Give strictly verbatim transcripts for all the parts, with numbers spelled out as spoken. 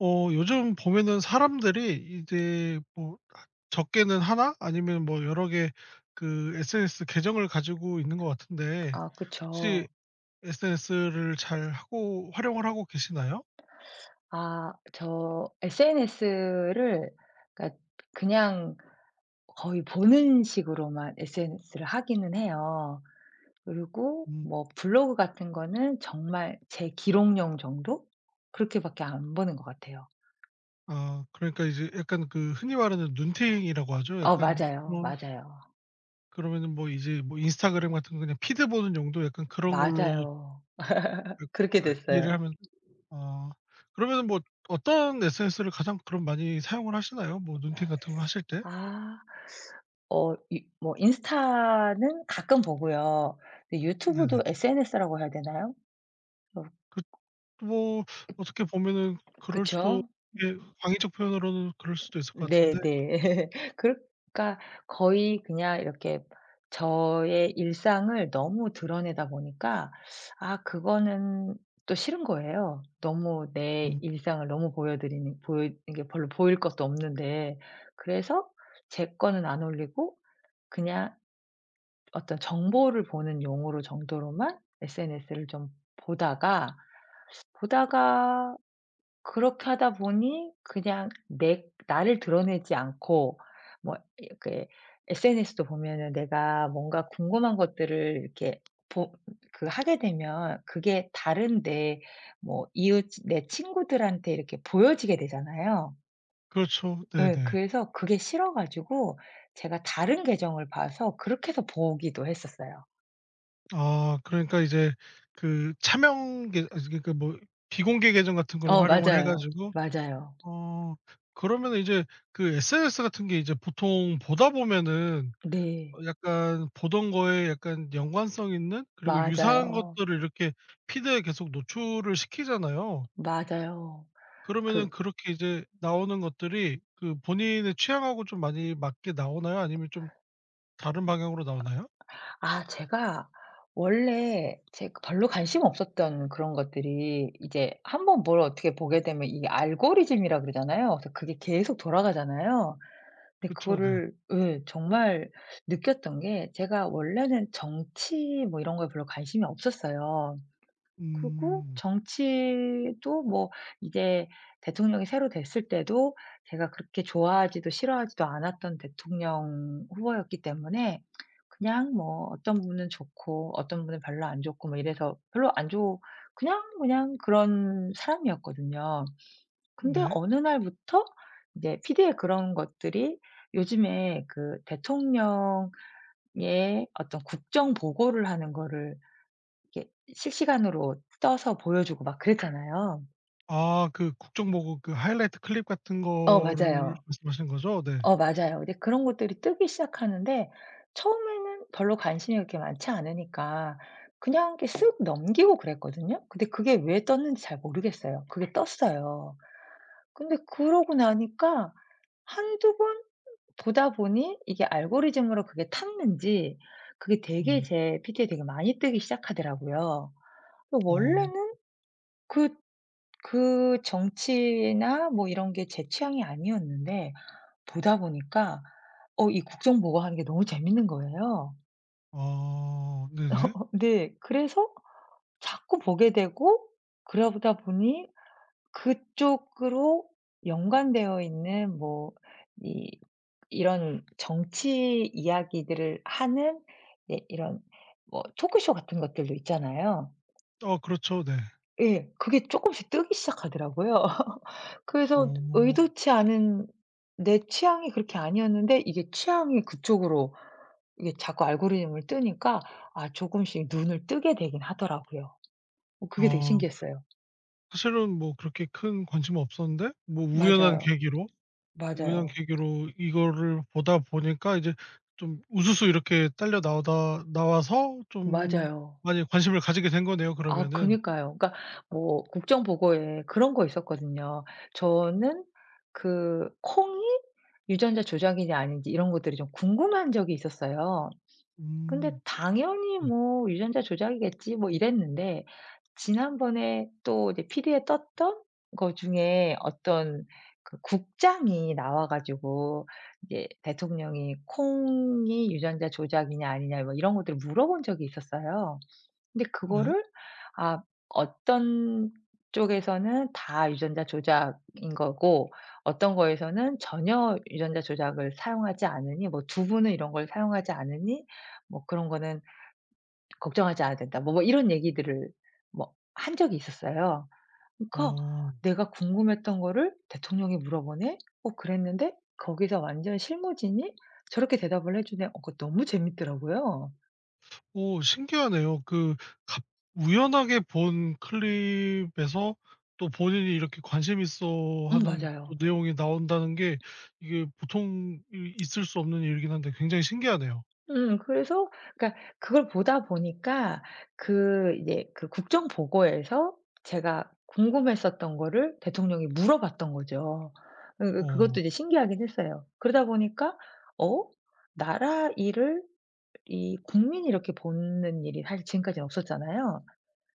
어 요즘 보면은 사람들이 이제 뭐 하 적게는 하나? 아니면 뭐 여러 개 그 에스엔에스 계정을 가지고 있는 것 같은데 아 혹시 그쵸. 에스엔에스를 잘 하고 활용을 하고 계시나요? 아 저 에스엔에스를 그러니까 그냥 거의 보는 식으로만 에스엔에스를 하기는 해요. 그리고 뭐 음. 블로그 같은 거는 정말 제 기록용 정도? 그렇게밖에 안 보는 것 같아요. 아, 그러니까 이제 약간 그 흔히 말하는 눈팅이라고 하죠. 어 약간 맞아요, 그런. 맞아요. 그러면은 뭐 이제 뭐 인스타그램 같은 거 그냥 피드 보는 용도 약간 그런 걸로 맞아요. 그렇게 어 이해를 됐어요. 하면. 아, 그러면은 뭐 어떤 에스엔에스를 가장 그럼 많이 사용을 하시나요? 뭐 눈팅 같은 거 하실 때? 아 어 이 뭐 인스타는 가끔 보고요. 근데 네네. 유튜브도 에스엔에스라고 해야 되나요? 어 그 뭐 어떻게 보면은 그럴 수도. 그쵸? 예, 광의적 표현으로는 그럴 수도 있을 것 같은데. 네네. 그 그러니까 거의 그냥 이렇게 저의 일상을 너무 드러내다 보니까 아 그거는 또 싫은 거예요. 너무 내 음. 일상을 너무 보여드리는 보여 이게 별로 보일 것도 없는데, 그래서 제 거는 안 올리고 그냥 어떤 정보를 보는 용으로 정도로만 에스엔에스를 좀 보다가 보다가 그렇게 하다 보니 그냥 내 나를 드러내지 않고, 뭐 이렇게 에스엔에스도 보면은 내가 뭔가 궁금한 것들을 이렇게 보 그 하게 되면 그게 다른데 뭐 이웃 내 친구들한테 이렇게 보여지게 되잖아요. 그렇죠. 예. 네네. 그래서 그게 싫어 가지고 제가 다른 계정을 봐서 그렇게 해서 보기도 했었어요. 아, 그러니까 이제 그 차명 계 아 그러니까 뭐 비공개 계정 같은 거를 어 활용을 해 맞아요. 가지고. 맞아요. 어 그러면은 이제 그 에스엔에스 같은 게 이제 보통 보다 보면은 어 네. 약간 보던 거에 약간 연관성 있는 그리고 유사한 맞아요. 것들을 이렇게 피드에 계속 노출을 시키잖아요. 맞아요. 그러면은 그 그렇게 이제 나오는 것들이 그 본인의 취향하고 좀 많이 맞게 나오나요? 아니면 좀 다른 방향으로 나오나요? 아 제가 원래 제가 별로 관심 없었던 그런 것들이 이제 한번 뭘 어떻게 보게 되면 이 알고리즘이라 그러잖아요. 그래서 그게 계속 돌아가잖아요. 근데 그쵸. 네. 그거를 예 정말 느꼈던 게, 제가 원래는 정치 뭐 이런 거에 별로 관심이 없었어요. 그리고 음. 정치도 뭐 이제 대통령이 새로 됐을 때도 제가 그렇게 좋아하지도 싫어하지도 않았던 대통령 후보였기 때문에, 그냥 뭐 어떤 분은 좋고 어떤 분은 별로 안 좋고 뭐 이래서 별로 안 좋 그냥, 그냥 그런 사람이었거든요. 근데 네. 어느 날부터 이제 피디의 그런 것들이, 요즘에 그 대통령의 어떤 국정 보고를 하는 거를 이렇게 실시간으로 떠서 보여주고 막 그랬잖아요. 아, 그 국정보고 그 하이라이트 클립 같은 어 거를 맞아요. 말씀하시는 거죠? 네. 어 맞아요. 근데 그런 것들이 뜨기 시작하는데 처음에는 별로 관심이 그렇게 많지 않으니까 그냥 이렇게 쓱 넘기고 그랬거든요. 근데 그게 왜 떴는지 잘 모르겠어요. 그게 떴어요. 근데 그러고 나니까 한두 번 보다 보니 이게 알고리즘으로 그게 탔는지 그게 되게 음. 제 피드에 되게 많이 뜨기 시작하더라고요. 그 어. 원래는 그 그 정치나 뭐 이런 게 제 취향이 아니었는데 보다 보니까 어 이 국정보고하는 게 너무 재밌는 거예요. 아, 네네. 어 네. 그래서 자꾸 보게 되고 그러다 보니 그쪽으로 연관되어 있는 뭐 이 이런 정치 이야기들을 하는 예 이런 뭐 토크쇼 같은 것들도 있잖아요. 어, 그렇죠. 네. 예. 그게 쪼끔씩 뜨기 시작하더라고요. 그래서 어. 의도치 않은 내 취향이 그렇게 아니었는데 이게 취향이 그쪽으로 이게 자꾸 알고리즘을 뜨니까 아 조금씩 눈을 뜨게 되긴 하더라고요. 어 그게 되게 아, 신기했어요. 사실은 뭐 그렇게 큰 관심은 없었는데 뭐 우연한 맞아요. 계기로 우연한 맞아요. 계기로 이거를 보다 보니까 이제 좀 우수수 이렇게 딸려 나오다 나와서 좀 맞아요. 많이 관심을 가지게 된 거네요 아 그러면은. 그니까요. 그러니까 뭐 국정 보고에 그런 거 있었거든요. 저는 그 콩이 유전자 조작이냐 아닌지 이런 것들이 좀 궁금한 적이 있었어요. 근데 음. 당연히 네. 뭐 '유전자 조작이겠지.' 뭐 이랬는데, 지난번에 또 이제 피디에 떴던 거 중에 어떤 그 국장이 나와 가지고 이제 대통령이 콩이 유전자 조작이냐 아니냐 뭐 이런 것들을 물어본 적이 있었어요. 근데 네. 그거를 아 어떤 쪽에서는 다 유전자 조작인 거고 어떤 거에서는 전혀 유전자 조작을 사용하지 않으니 뭐 "두부는 이런 걸 사용하지 않으니 뭐 그런 거는 걱정하지 않아도 된다." 뭐 뭐 이런 얘기들을 뭐 한 적이 있었어요. 그러니까 어. 내가 궁금했던 거를 대통령이 물어보네? 어 그랬는데 거기서 완전 실무진이 저렇게 대답을 해 주네. 어 그거 너무 재밌더라고요. 오, 신기하네요. 그 갑 우연하게 본 클립에서 또 본인이 이렇게 관심 있어 음 하는 또 맞아요. 내용이 나온다는 게 이게 보통 이 있을 수 없는 일이긴 한데 굉장히 신기하네요. 음 그래서 그러니까 그걸 보다 보니까 그 이제 그 국정 보고에서 제가 궁금했었던 거를 대통령이 물어봤던 거죠. 그 그 어. 그것도 이제 신기하긴 했어요. 그러다 보니까 어 나라 일을 이 국민이 이렇게 보는 일이 사실 지금까지는 없었잖아요.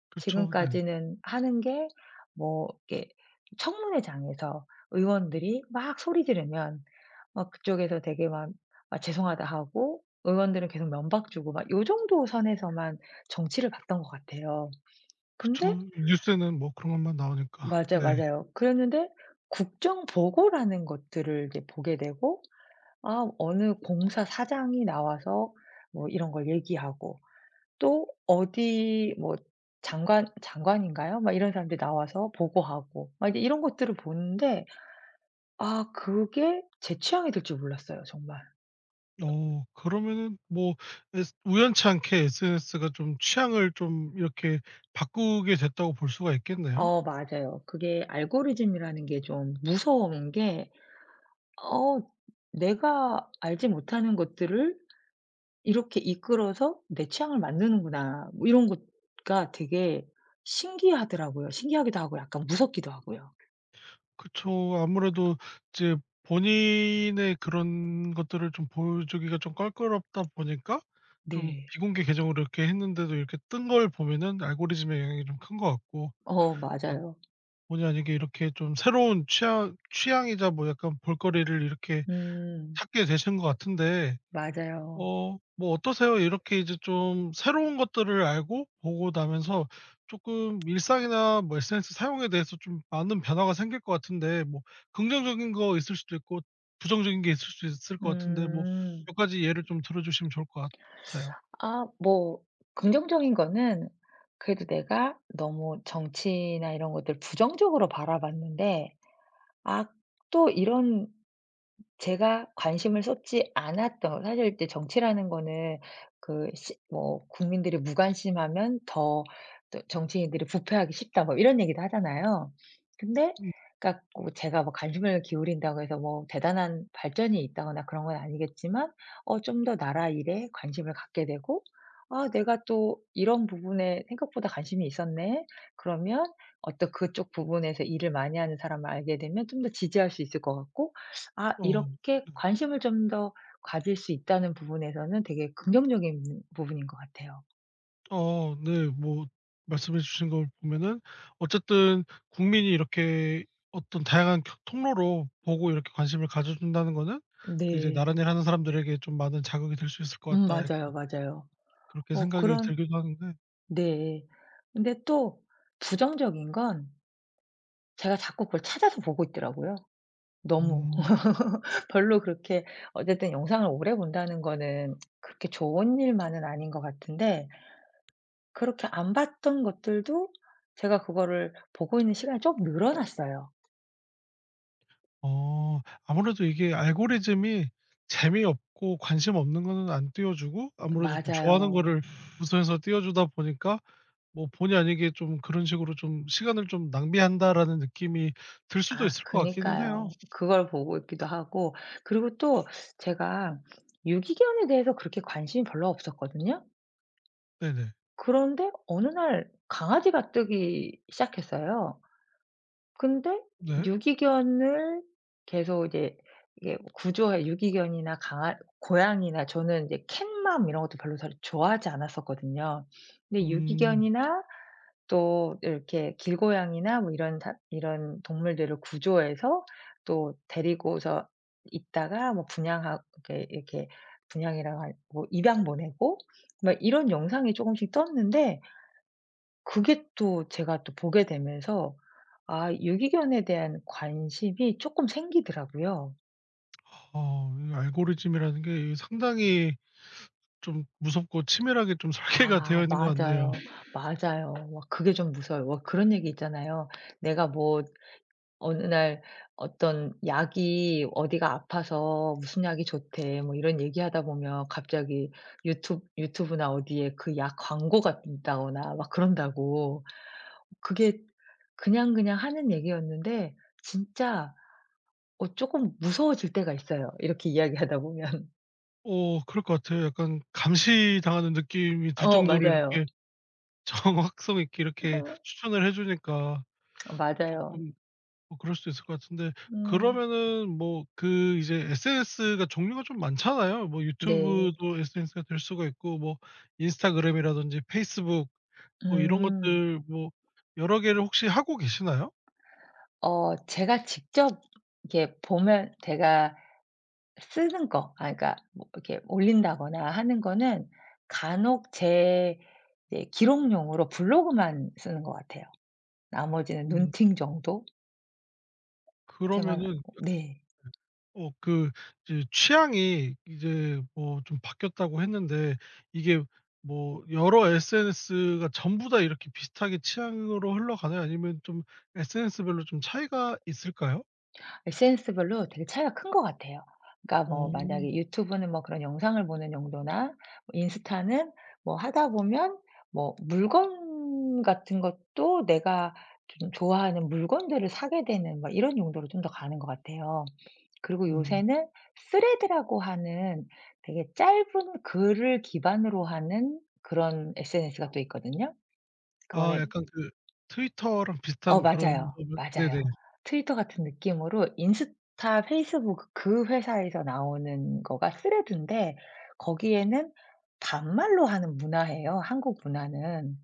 그쵸. 네. 지금까지는 하는 게 뭐 이렇게 청문회장에서 의원들이 막 소리 지르면 막 그쪽에서 되게 막 아 죄송하다 하고, 의원들은 계속 면박 주고 막 요 정도 선에서만 정치를 봤던 것 같아요. 근데 그쵸. 뉴스에는 뭐 그런 것만 나오니까. 맞아요, 네. 맞아요. 그랬는데 국정 보고라는 것들을 이제 보게 되고 아 어느 공사 사장이 나와서 뭐 이런 걸 얘기하고 또 어디 뭐 장관 장관인가요? 막 이런 사람들이 나와서 보고하고 막 이제 이런 것들을 보는데 아 그게 제 취향이 될 줄 몰랐어요 정말. 어 그러면은 뭐 에스 우연찮게 에스엔에스가 좀 취향을 좀 이렇게 바꾸게 됐다고 볼 수가 있겠네요. 어 맞아요. 그게 알고리즘이라는 게 좀 무서운 게 어 내가 알지 못하는 것들을 이렇게 이끌어서 '내 취향을 만드는구나.' 뭐 이런 거가 되게 신기하더라고요. 신기하기도 하고 약간 무섭기도 하고요. 그쵸. 아무래도 이제 본인의 그런 것들을 좀 보여주기가 좀 껄끄럽다 보니까 좀 네. 비공개 계정으로 이렇게 했는데도 이렇게 뜬 걸 보면은 알고리즘의 영향이 좀 큰 것 같고. 어 어 맞아요. 본의 아니게 이렇게 좀 새로운 취향 취향이자 뭐 약간 볼거리를 이렇게 음 찾게 되신 것 같은데. 맞아요. 어 뭐 어떠세요? 이렇게 이제 좀 새로운 것들을 알고 보고 나면서 조금 일상이나 뭐 에스엔에스 사용에 대해서 좀 많은 변화가 생길 것 같은데 뭐 긍정적인 거 있을 수도 있고 부정적인 게 있을 수 있을 것 같은데 뭐 음. 몇 가지 예를 좀 들어 주시면 좋을 것 같아요. 아 뭐 긍정적인 거는 그래도 내가 너무 정치나 이런 것들 부정적으로 바라봤는데, 아 또 이런 제가 관심을 쏟지 않았던, 사실 이 정치라는 거는 그 시 뭐 "국민들이 무관심하면 더또 정치인들이 부패하기 쉽다." 뭐 이런 얘기도 하잖아요. 근데 음. 그러니까 뭐 제가 뭐 관심을 기울인다고 해서 뭐 대단한 발전이 있다거나 그런 건 아니겠지만, 어 좀 더 나라 일에 관심을 갖게 되고, '아 내가 또 이런 부분에 생각보다 관심이 있었네.' 그러면 어떤 그쪽 부분에서 일을 많이 하는 사람을 알게 되면 좀 더 지지할 수 있을 것 같고, 아 어. 이렇게 네. 관심을 좀 더 가질 수 있다는 부분에서는 되게 긍정적인 부분인 것 같아요. 어 네. 뭐 말씀해 주신 걸 보면은 어쨌든 국민이 이렇게 어떤 다양한 겨 통로로 보고 이렇게 관심을 가져준다는 거는 그 이제 네. '나란 일 하는 사람들에게 좀 많은 자극이 될 수 있을 것 음 같다.' 맞아요, 약간 맞아요. 그렇게 어 생각이 그런 들기도 하는데. 네. 근데 또 부정적인 건 제가 자꾸 그걸 찾아서 보고 있더라고요, 너무. 음 별로 그렇게 어쨌든 영상을 오래 본다는 거는 그렇게 좋은 일만은 아닌 것 같은데 그렇게 안 봤던 것들도 제가 그거를 보고 있는 시간이 좀 늘어났어요. 어 아무래도 이게 알고리즘이 재미없고 관심 없는 거는 안 띄워 주고 아무래도 좀 좋아하는 거를 맞아요. 우선해서 띄워 주다 보니까 뭐 본의 아니게 좀 그런 식으로 좀 '시간을 좀 낭비한다.'라는 느낌이 들 수도 아 있을 것 같기는 해요. 그니까요. 그걸 보고 있기도 하고 그리고 또 제가 유기견에 대해서 그렇게 관심이 별로 없었거든요. 네네. 그런데 어느 날 강아지가 뜨기 시작했어요. 근데 네. 유기견을 계속 이제 이게 구조해 유기견이나 강아 고양이나, 저는 이제 캣맘 이런 것도 별로 잘 좋아하지 않았었거든요. 근데 음. 유기견이나 또 이렇게 길고양이나 뭐 이런 사 이런 동물들을 구조해서 또 데리고서 있다가 뭐 분양하 이렇게 이렇게 분양이라고 할 뭐 입양 보내고 막 이런 영상이 조금씩 떴는데 그게 또 제가 또 보게 되면서 아 유기견에 대한 관심이 조금 생기더라고요. 어 이 알고리즘이라는 게 이 상당히 좀 무섭고 치밀하게 좀 설계가 되어 아 있는 것 같네요. 맞아요. 맞아요. 막 그게 좀 무서워요. 와, 그런 얘기 있잖아요. 내가 뭐 어느 날 어떤 약이 어디가 아파서 "무슨 약이 좋대." 뭐 이런 얘기하다 보면 갑자기 유튜브 유튜브나 어디에 그 약 광고가 있다거나 막 그런다고. 그게 그냥 그냥 하는 얘기였는데 진짜 어 조금 무서워질 때가 있어요, 이렇게 이야기하다 보면. 어 그럴 것 같아요. 약간 감시당하는 느낌이 들 어 정도로 맞아요. 이렇게 정확성 있게 이렇게 추천을 해 주니까 맞아요. 쪼끔 어 그럴 수도 있을 것 같은데. 음. 그러면은 뭐 그 이제 에스엔에스가 종류가 좀 많잖아요. 뭐 네. 유튜브도 에스엔에스가 될 수가 있고 뭐 인스타그램이라든지 페이스북 뭐 이런 음. 것들 뭐 여러 개를 혹시 하고 계시나요? 어 제가 직접 이렇게 보면 제가 쓰는 거 아 그러니까 뭐 이렇게 올린다거나 하는 거는 간혹 제 이제 기록용으로 블로그만 쓰는 것 같아요. 나머지는 음. 눈팅 정도? 이렇게만 그러면은 네. 어 그 이제 취향이 이제 뭐 좀 바뀌었다고 했는데 이게 뭐 여러 에스엔에스가 전부 다 이렇게 비슷하게 취향으로 흘러가나요? 아니면 좀 에스엔에스별로 좀 차이가 있을까요? 에스엔에스별로 되게 차이가 큰 것 같아요. 그러니까 뭐 어. 만약에 유튜브는 뭐 그런 영상을 보는 용도나, 뭐 인스타는 뭐 하다 보면 뭐 물건 같은 것도 내가 좀 좋아하는 물건들을 사게 되는 뭐 이런 용도로 좀 더 가는 것 같아요. 그리고 음. 요새는 스레드라고 하는 되게 짧은 글을 기반으로 하는 그런 에스엔에스가 또 있거든요. 아, 그거는 약간 그 트위터랑 어 비슷한 그런 맞아요. 거면. 네네. 맞아요. 트위터 같은 느낌으로 인스타, 페이스북 그 회사에서 나오는 거가 스레드인데 거기에는 반말로 하는 문화예요, 한국 문화는.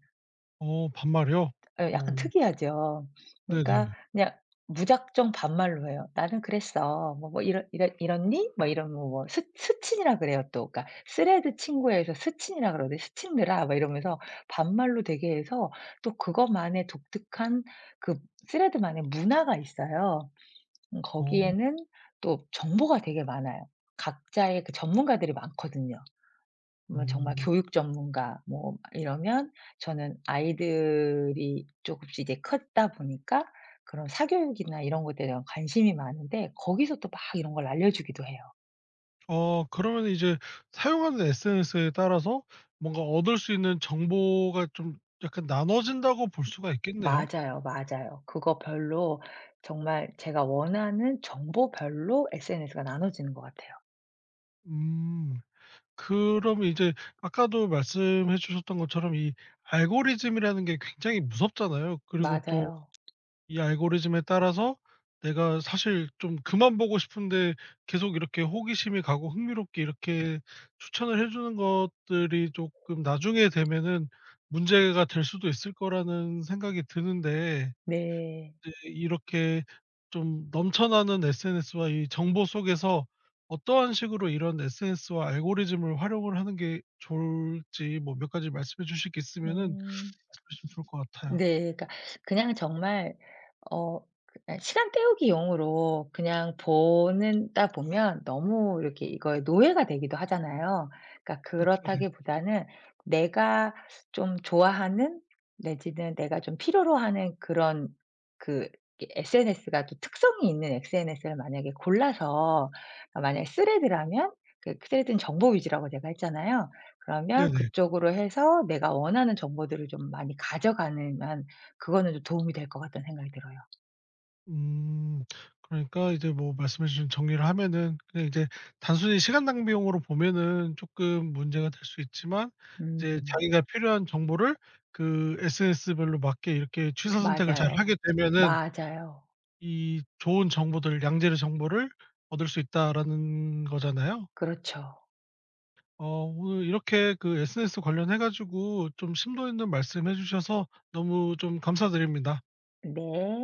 어, 반말이요? 예 어, 약간 특이하죠. 그러니까 네네. 그냥 무작정 반말로 해요. "나는 그랬어." 뭐 뭐 이런 이런 이렇니?" 뭐 이러면 뭐 뭐 스 스친이라 그래요 또. 그러니까 쓰레드 친구에서 스친이라 그러는데 "스친들아." 막 이러면서 반말로 되게 해서 또 그것만의 독특한 그 스레드만의 문화가 있어요. 음 어. 거기에는 또 정보가 되게 많아요. 각자의 그 전문가들이 많거든요. 뭐 정말 음. 교육 전문가 뭐 이러면 저는 아이들이 조금씩 이제 컸다 보니까 그런 사교육이나 이런 것들에 대한 관심이 많은데 거기서 또 막 이런 걸 알려주기도 해요. 어 그러면은 이제 사용하는 에스엔에스에 따라서 뭔가 얻을 수 있는 정보가 좀 약간 나눠진다고 볼 수가 있겠네요. 맞아요, 맞아요. 그거별로 정말 제가 원하는 정보별로 에스엔에스가 나눠지는 것 같아요. 음. 그럼 이제 아까도 말씀해 주셨던 것처럼 이 알고리즘이라는 게 굉장히 무섭잖아요. 그리고 또 맞아요. 이 알고리즘에 따라서 내가 사실 좀 그만 보고 싶은데 계속 이렇게 호기심이 가고 흥미롭게 이렇게 추천을 해 주는 것들이 조금 나중에 되면은 문제가 될 수도 있을 거라는 생각이 드는데 네. 이제 이렇게 좀 넘쳐나는 에스엔에스와 이 정보 속에서 어떠한 식으로 이런 에스엔에스와 알고리즘을 활용을 하는 게 좋을지 뭐 몇 가지 말씀해 주실 게 있으면은 말씀해 음. 주시면 좋을 것 같아요. 네. 그러니까 그냥 정말 어 그 아 시간 때우기 용으로 그냥 보는다 보면 너무 이렇게 이거에 노예가 되기도 하잖아요. 그러니까 그쵸. 네. 그렇다기보다는 내가 좀 좋아하는 내지는 내가 좀 필요로 하는 그런 그 에스엔에스가 또 특성이 있는 에스엔에스를 만약에 골라서, 아 만약에 스레드라면 그 스레드는 정보 위주라고 제가 했잖아요. 그러면 네네. 그쪽으로 해서 내가 원하는 정보들을 좀 많이 가져가는 그거는 좀 도움이 될 것 같다는 생각이 들어요. 음. 그러니까 이제 뭐 말씀해 주신 정리를 하면은 그냥 이제 단순히 시간 낭비용으로 보면은 조금 문제가 될 수 있지만 이제 음. 자기가 필요한 정보를 그 에스엔에스별로 맞게 이렇게 취사 선택을 잘 맞아요. 하게 되면은 맞아요. 이 좋은 정보들 양질의 정보를 얻을 수 있다라는 거잖아요. 그렇죠. 어 오늘 이렇게 그 에스엔에스 관련해 가지고 좀 심도 있는 말씀해 주셔서 너무 좀 감사드립니다. 네.